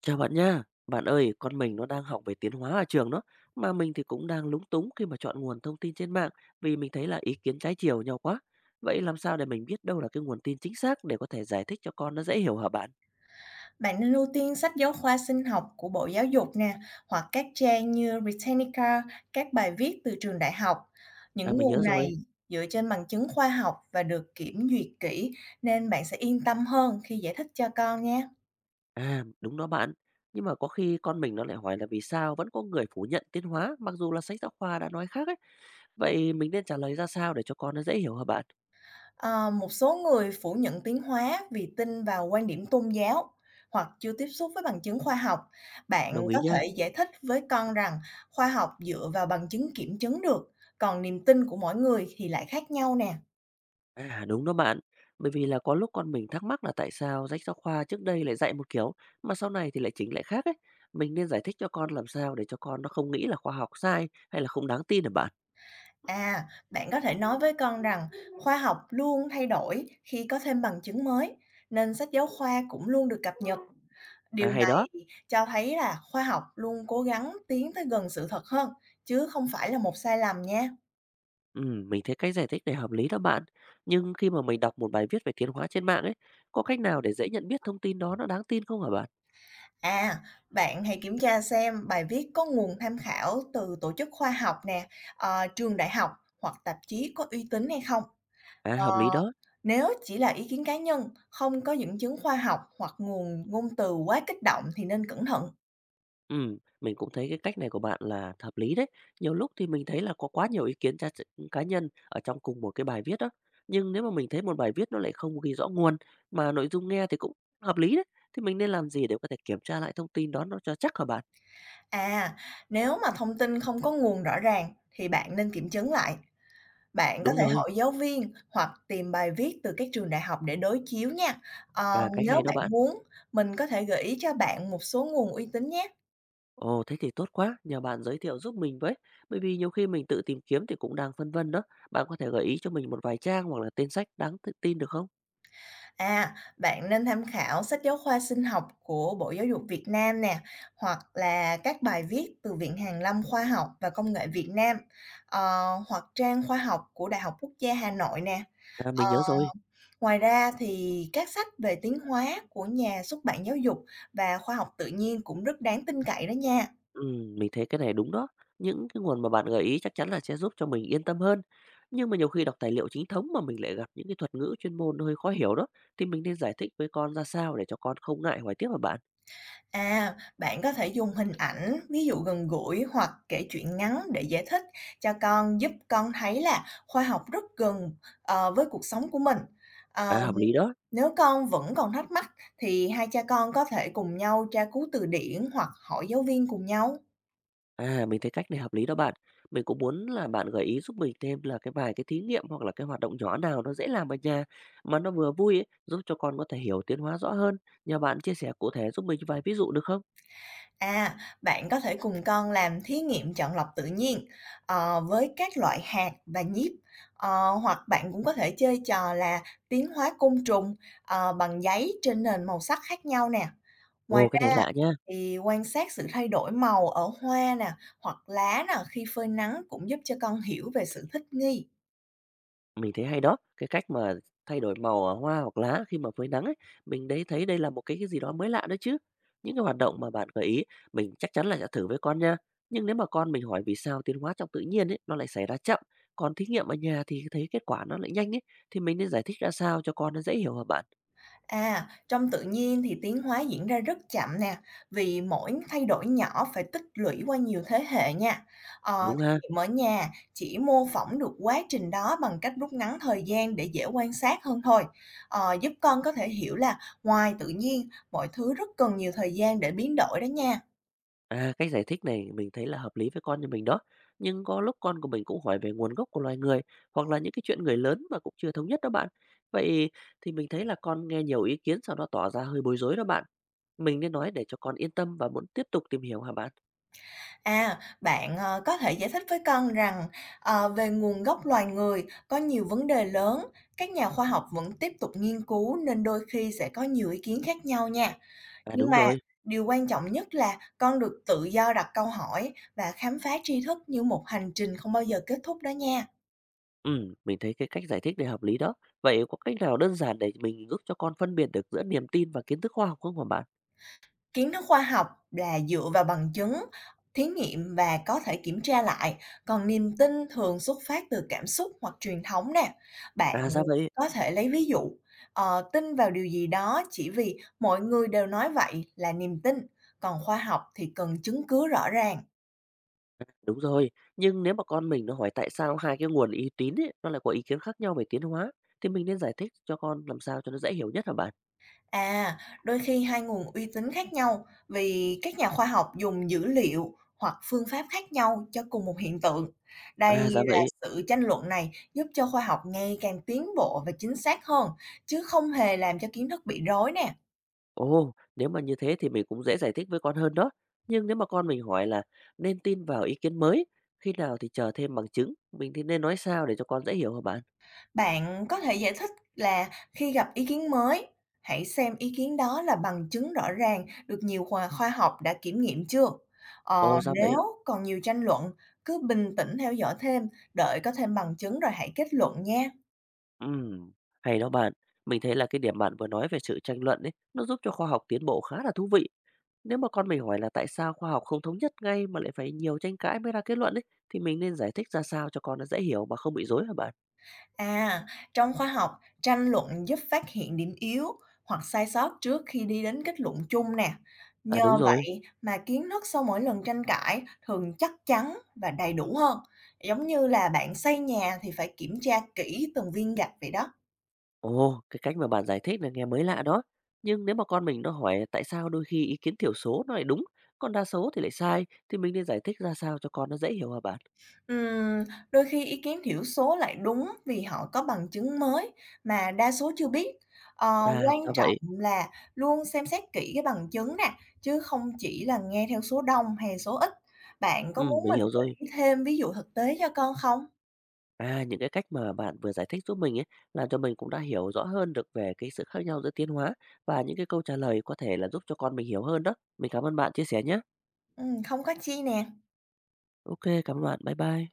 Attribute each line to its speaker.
Speaker 1: Chào bạn nha. Bạn ơi, con mình nó đang học về tiến hóa ở trường đó, mà mình thì cũng đang lúng túng khi mà chọn nguồn thông tin trên mạng vì mình thấy là ý kiến trái chiều nhau quá. Vậy làm sao để mình biết đâu là cái nguồn tin chính xác để có thể giải thích cho con nó dễ hiểu hả bạn?
Speaker 2: Bạn nên ưu tiên sách giáo khoa sinh học của Bộ Giáo dục nè, hoặc các trang như Britannica, các bài viết từ trường đại học.
Speaker 1: À
Speaker 2: Những
Speaker 1: mình
Speaker 2: nguồn
Speaker 1: nhớ
Speaker 2: này
Speaker 1: rồi.
Speaker 2: dựa trên bằng chứng khoa học và được kiểm duyệt kỹ nên bạn sẽ yên tâm hơn khi giải thích cho con nhé.
Speaker 1: À, đúng đó bạn. Nhưng mà có khi con mình nó lại hỏi là vì sao vẫn có người phủ nhận tiến hóa mặc dù là sách giáo khoa đã nói khác ấy. Vậy mình nên trả lời ra sao để cho con nó dễ hiểu hả bạn?
Speaker 2: Ờ, Một số người phủ nhận tiến hóa vì tin vào quan điểm tôn giáo hoặc chưa tiếp xúc với bằng chứng khoa học. Bạn
Speaker 1: Đồng
Speaker 2: có
Speaker 1: ý nha.
Speaker 2: thể giải thích với con rằng khoa học dựa vào bằng chứng kiểm chứng được, còn niềm tin của mỗi người thì lại khác nhau nè.
Speaker 1: À, đúng đó bạn. Bởi vì là có lúc con mình thắc mắc là tại sao sách giáo khoa trước đây lại dạy một kiểu mà sau này thì lại chỉnh lại khác ấy. Mình nên giải thích cho con làm sao để cho con nó không nghĩ là khoa học sai hay là không đáng tin hả bạn?
Speaker 2: Bạn có thể nói với con rằng khoa học luôn thay đổi khi có thêm bằng chứng mới, nên sách giáo khoa cũng luôn được cập nhật.
Speaker 1: À
Speaker 2: Điều
Speaker 1: hay đó.
Speaker 2: này cho thấy là khoa học luôn cố gắng tiến tới gần sự thật hơn, chứ không phải là một sai lầm nha.
Speaker 1: Ừ, mình thấy cái giải thích này hợp lý đó bạn. Nhưng khi mà mình đọc một bài viết về tiến hóa trên mạng ấy, có cách nào để dễ nhận biết thông tin đó nó đáng tin không hả bạn?
Speaker 2: À, Bạn hãy kiểm tra xem bài viết có nguồn tham khảo từ tổ chức khoa học nè, trường đại học hoặc tạp chí có uy tín hay không.
Speaker 1: À hợp
Speaker 2: Ờ,
Speaker 1: lý đó.
Speaker 2: Nếu chỉ là ý kiến cá nhân, không có dẫn chứng khoa học hoặc nguồn ngôn từ quá kích động thì nên cẩn thận.
Speaker 1: Ừ, mình cũng thấy cái cách này của bạn là hợp lý đấy. Nhiều lúc thì mình thấy là có quá nhiều ý kiến cá cá nhân ở trong cùng một cái bài viết đó. Nhưng nếu mà mình thấy một bài viết nó lại không ghi rõ nguồn, mà nội dung nghe thì cũng hợp lý đấy, thì mình nên làm gì để có thể kiểm tra lại thông tin đó nó cho chắc hả bạn?
Speaker 2: À, Nếu mà thông tin không có nguồn rõ ràng thì bạn nên kiểm chứng lại. Bạn có
Speaker 1: Đúng
Speaker 2: thể
Speaker 1: rồi,
Speaker 2: hỏi giáo viên hoặc tìm bài viết từ các trường đại học để đối chiếu nha. Ờ,
Speaker 1: à, cách
Speaker 2: Nếu
Speaker 1: hay đó
Speaker 2: bạn
Speaker 1: bạn.
Speaker 2: muốn, mình có thể gợi ý cho bạn một số nguồn uy tín nhé.
Speaker 1: Ồ, thế thì tốt quá, nhờ bạn giới thiệu giúp mình với. Bởi vì nhiều khi mình tự tìm kiếm thì cũng đang phân vân đó. Bạn có thể gợi ý cho mình một vài trang hoặc là tên sách đáng tự tin được không?
Speaker 2: Bạn nên tham khảo sách giáo khoa sinh học của Bộ Giáo dục Việt Nam nè, hoặc là các bài viết từ Viện Hàn lâm Khoa học và Công nghệ Việt Nam, ờ, hoặc trang khoa học của Đại học Quốc gia Hà Nội nè.
Speaker 1: À,
Speaker 2: Ờ,
Speaker 1: mình nhớ rồi.
Speaker 2: Ngoài ra thì các sách về tiếng hóa của nhà xuất bản giáo dục và khoa học tự nhiên cũng rất đáng tin cậy đó nha.
Speaker 1: Mình thấy cái này đúng đó. Những cái nguồn mà bạn gợi ý chắc chắn là sẽ giúp cho mình yên tâm hơn. Nhưng mà nhiều khi đọc tài liệu chính thống mà mình lại gặp những cái thuật ngữ chuyên môn hơi khó hiểu đó, thì mình nên giải thích với con ra sao để cho con không ngại hỏi tiếp hả bạn?
Speaker 2: Bạn có thể dùng hình ảnh, ví dụ gần gũi hoặc kể chuyện ngắn để giải thích cho con, giúp con thấy là khoa học rất gần, với cuộc sống của mình.
Speaker 1: À,
Speaker 2: Ờm,
Speaker 1: hợp lý đó.
Speaker 2: Nếu con vẫn còn thắc mắc thì hai cha con có thể cùng nhau tra cứu từ điển hoặc hỏi giáo viên cùng nhau.
Speaker 1: À, mình thấy cách này hợp lý đó bạn. Mình cũng muốn là bạn gợi ý giúp mình thêm là cái vài cái thí nghiệm hoặc là cái hoạt động nhỏ nào nó dễ làm ở nhà mà nó vừa vui ấy, giúp cho con có thể hiểu tiến hóa rõ hơn. Nhờ bạn chia sẻ cụ thể giúp mình vài ví dụ được không?
Speaker 2: À, Bạn có thể cùng con làm thí nghiệm chọn lọc tự nhiên với các loại hạt và nhíp. Hoặc bạn cũng có thể chơi trò là tiến hóa côn trùng bằng giấy trên nền màu sắc khác nhau nè. Ngoài
Speaker 1: Ồ, cái này
Speaker 2: ra
Speaker 1: lạ nha.
Speaker 2: thì quan sát sự thay đổi màu ở hoa nè, hoặc lá nè khi phơi nắng cũng giúp cho con hiểu về sự thích nghi.
Speaker 1: Mình thấy hay đó, cái cách mà thay đổi màu, à, hoa hoặc lá khi mà phơi nắng ấy, mình đấy thấy đây là một cái gì đó mới lạ đó chứ. Những cái hoạt động mà bạn gợi ý mình chắc chắn là sẽ thử với con nha. Nhưng nếu mà con mình hỏi vì sao tiến hóa trong tự nhiên ấy, nó lại xảy ra chậm, còn thí nghiệm ở nhà thì thấy kết quả nó lại nhanh ấy, thì mình nên giải thích ra sao cho con nó dễ hiểu hả bạn?
Speaker 2: Trong tự nhiên thì tiến hóa diễn ra rất chậm nè, vì mỗi thay đổi nhỏ phải tích lũy qua nhiều thế hệ nha.
Speaker 1: Đúng
Speaker 2: Thí
Speaker 1: ha?
Speaker 2: nghiệm ở nhà chỉ mô phỏng được quá trình đó bằng cách rút ngắn thời gian để dễ quan sát hơn thôi. Giúp con có thể hiểu là ngoài tự nhiên, mọi thứ rất cần nhiều thời gian để biến đổi đó nha.
Speaker 1: À, cách giải thích này mình thấy là hợp lý với con nhà mình đó. Nhưng có lúc con của mình cũng hỏi về nguồn gốc của loài người hoặc là những cái chuyện người lớn mà cũng chưa thống nhất đó bạn. Vậy thì mình thấy là con nghe nhiều ý kiến sau đó tỏ ra hơi bối rối đó bạn. Mình nên nói để cho con yên tâm và muốn tiếp tục tìm hiểu hả bạn?
Speaker 2: Bạn, có thể giải thích với con rằng, về nguồn gốc loài người có nhiều vấn đề lớn, các nhà khoa học vẫn tiếp tục nghiên cứu nên đôi khi sẽ có nhiều ý kiến khác nhau nha.
Speaker 1: À
Speaker 2: Nhưng
Speaker 1: đúng
Speaker 2: mà
Speaker 1: rồi.
Speaker 2: điều quan trọng nhất là con được tự do đặt câu hỏi và khám phá tri thức như một hành trình không bao giờ kết thúc đó nha.
Speaker 1: Ừ, mình thấy cái cách giải thích này hợp lý đó. Vậy có cách nào đơn giản để mình giúp cho con phân biệt được giữa niềm tin và kiến thức khoa học không hả bạn?
Speaker 2: Kiến thức khoa học là dựa vào bằng chứng, thí nghiệm và có thể kiểm tra lại, còn niềm tin thường xuất phát từ cảm xúc hoặc truyền thống nè. Bạn
Speaker 1: À ra vậy.
Speaker 2: có thể lấy ví dụ, tin vào điều gì đó chỉ vì mọi người đều nói vậy là niềm tin, còn khoa học thì cần chứng cứ rõ ràng.
Speaker 1: Đúng rồi, nhưng nếu mà con mình nó hỏi tại sao hai cái nguồn uy tín ấy, nó lại có ý kiến khác nhau về tiến hóa, thì mình nên giải thích cho con làm sao cho nó dễ hiểu nhất hả bạn?
Speaker 2: À, Đôi khi hai nguồn uy tín khác nhau vì các nhà khoa học dùng dữ liệu hoặc phương pháp khác nhau cho cùng một hiện tượng. Đây
Speaker 1: À dạ
Speaker 2: là
Speaker 1: vậy,
Speaker 2: sự tranh luận này giúp cho khoa học ngày càng tiến bộ và chính xác hơn, chứ không hề làm cho kiến thức bị rối nè.
Speaker 1: ồ, nếu mà như thế thì mình cũng dễ giải thích với con hơn đó. Nhưng nếu mà con mình hỏi là nên tin vào ý kiến mới, khi nào thì chờ thêm bằng chứng, mình thì nên nói sao để cho con dễ hiểu hả bạn?
Speaker 2: Bạn có thể giải thích là khi gặp ý kiến mới, hãy xem ý kiến đó là bằng chứng rõ ràng được nhiều khoa khoa học đã kiểm nghiệm chưa.
Speaker 1: Ồ ra vậy,
Speaker 2: Nếu còn nhiều tranh luận, cứ bình tĩnh theo dõi thêm, đợi có thêm bằng chứng rồi hãy kết luận nha.
Speaker 1: ừm, hay đó bạn. Mình thấy là cái điểm bạn vừa nói về sự tranh luận ấy, nó giúp cho khoa học tiến bộ khá là thú vị. Nếu mà con mình hỏi là tại sao khoa học không thống nhất ngay mà lại phải nhiều tranh cãi mới ra kết luận ấy, thì mình nên giải thích ra sao cho con nó dễ hiểu mà không bị rối hả bạn?
Speaker 2: À, Trong khoa học, tranh luận giúp phát hiện điểm yếu hoặc sai sót trước khi đi đến kết luận chung nè.
Speaker 1: À
Speaker 2: Nhờ,
Speaker 1: đúng
Speaker 2: ừ,
Speaker 1: rồi.
Speaker 2: vậy mà kiến thức sau mỗi lần tranh cãi thường chắc chắn và đầy đủ hơn. Giống như là bạn xây nhà thì phải kiểm tra kỹ từng viên gạch vậy đó.
Speaker 1: Ồ, cái cách mà bạn giải thích là nghe mới lạ đó. Nhưng nếu mà con mình nó hỏi tại sao đôi khi ý kiến thiểu số nó lại đúng, còn đa số thì lại sai, thì mình nên giải thích ra sao cho con nó dễ hiểu hả bạn?
Speaker 2: Ừm, đôi khi ý kiến thiểu số lại đúng vì họ có bằng chứng mới mà đa số chưa biết.
Speaker 1: À,
Speaker 2: Quan
Speaker 1: ra
Speaker 2: trọng
Speaker 1: vậy.
Speaker 2: là luôn xem xét kỹ cái bằng chứng nè, chứ không chỉ là nghe theo số đông hay số ít. Bạn
Speaker 1: Ừ,
Speaker 2: có muốn
Speaker 1: mình
Speaker 2: mình
Speaker 1: hiểu
Speaker 2: gợi
Speaker 1: rồi.
Speaker 2: ý thêm ví dụ thực tế cho con không?
Speaker 1: À, những cái cách mà bạn vừa giải thích giúp mình ấy, làm cho mình cũng đã hiểu rõ hơn được về cái sự khác nhau giữa tiến hóa và những cái câu trả lời có thể là giúp cho con mình hiểu hơn đó. Mình cảm ơn bạn chia sẻ nhé.
Speaker 2: Không có chi nè.
Speaker 1: OK, cảm ơn bạn. Bye bye.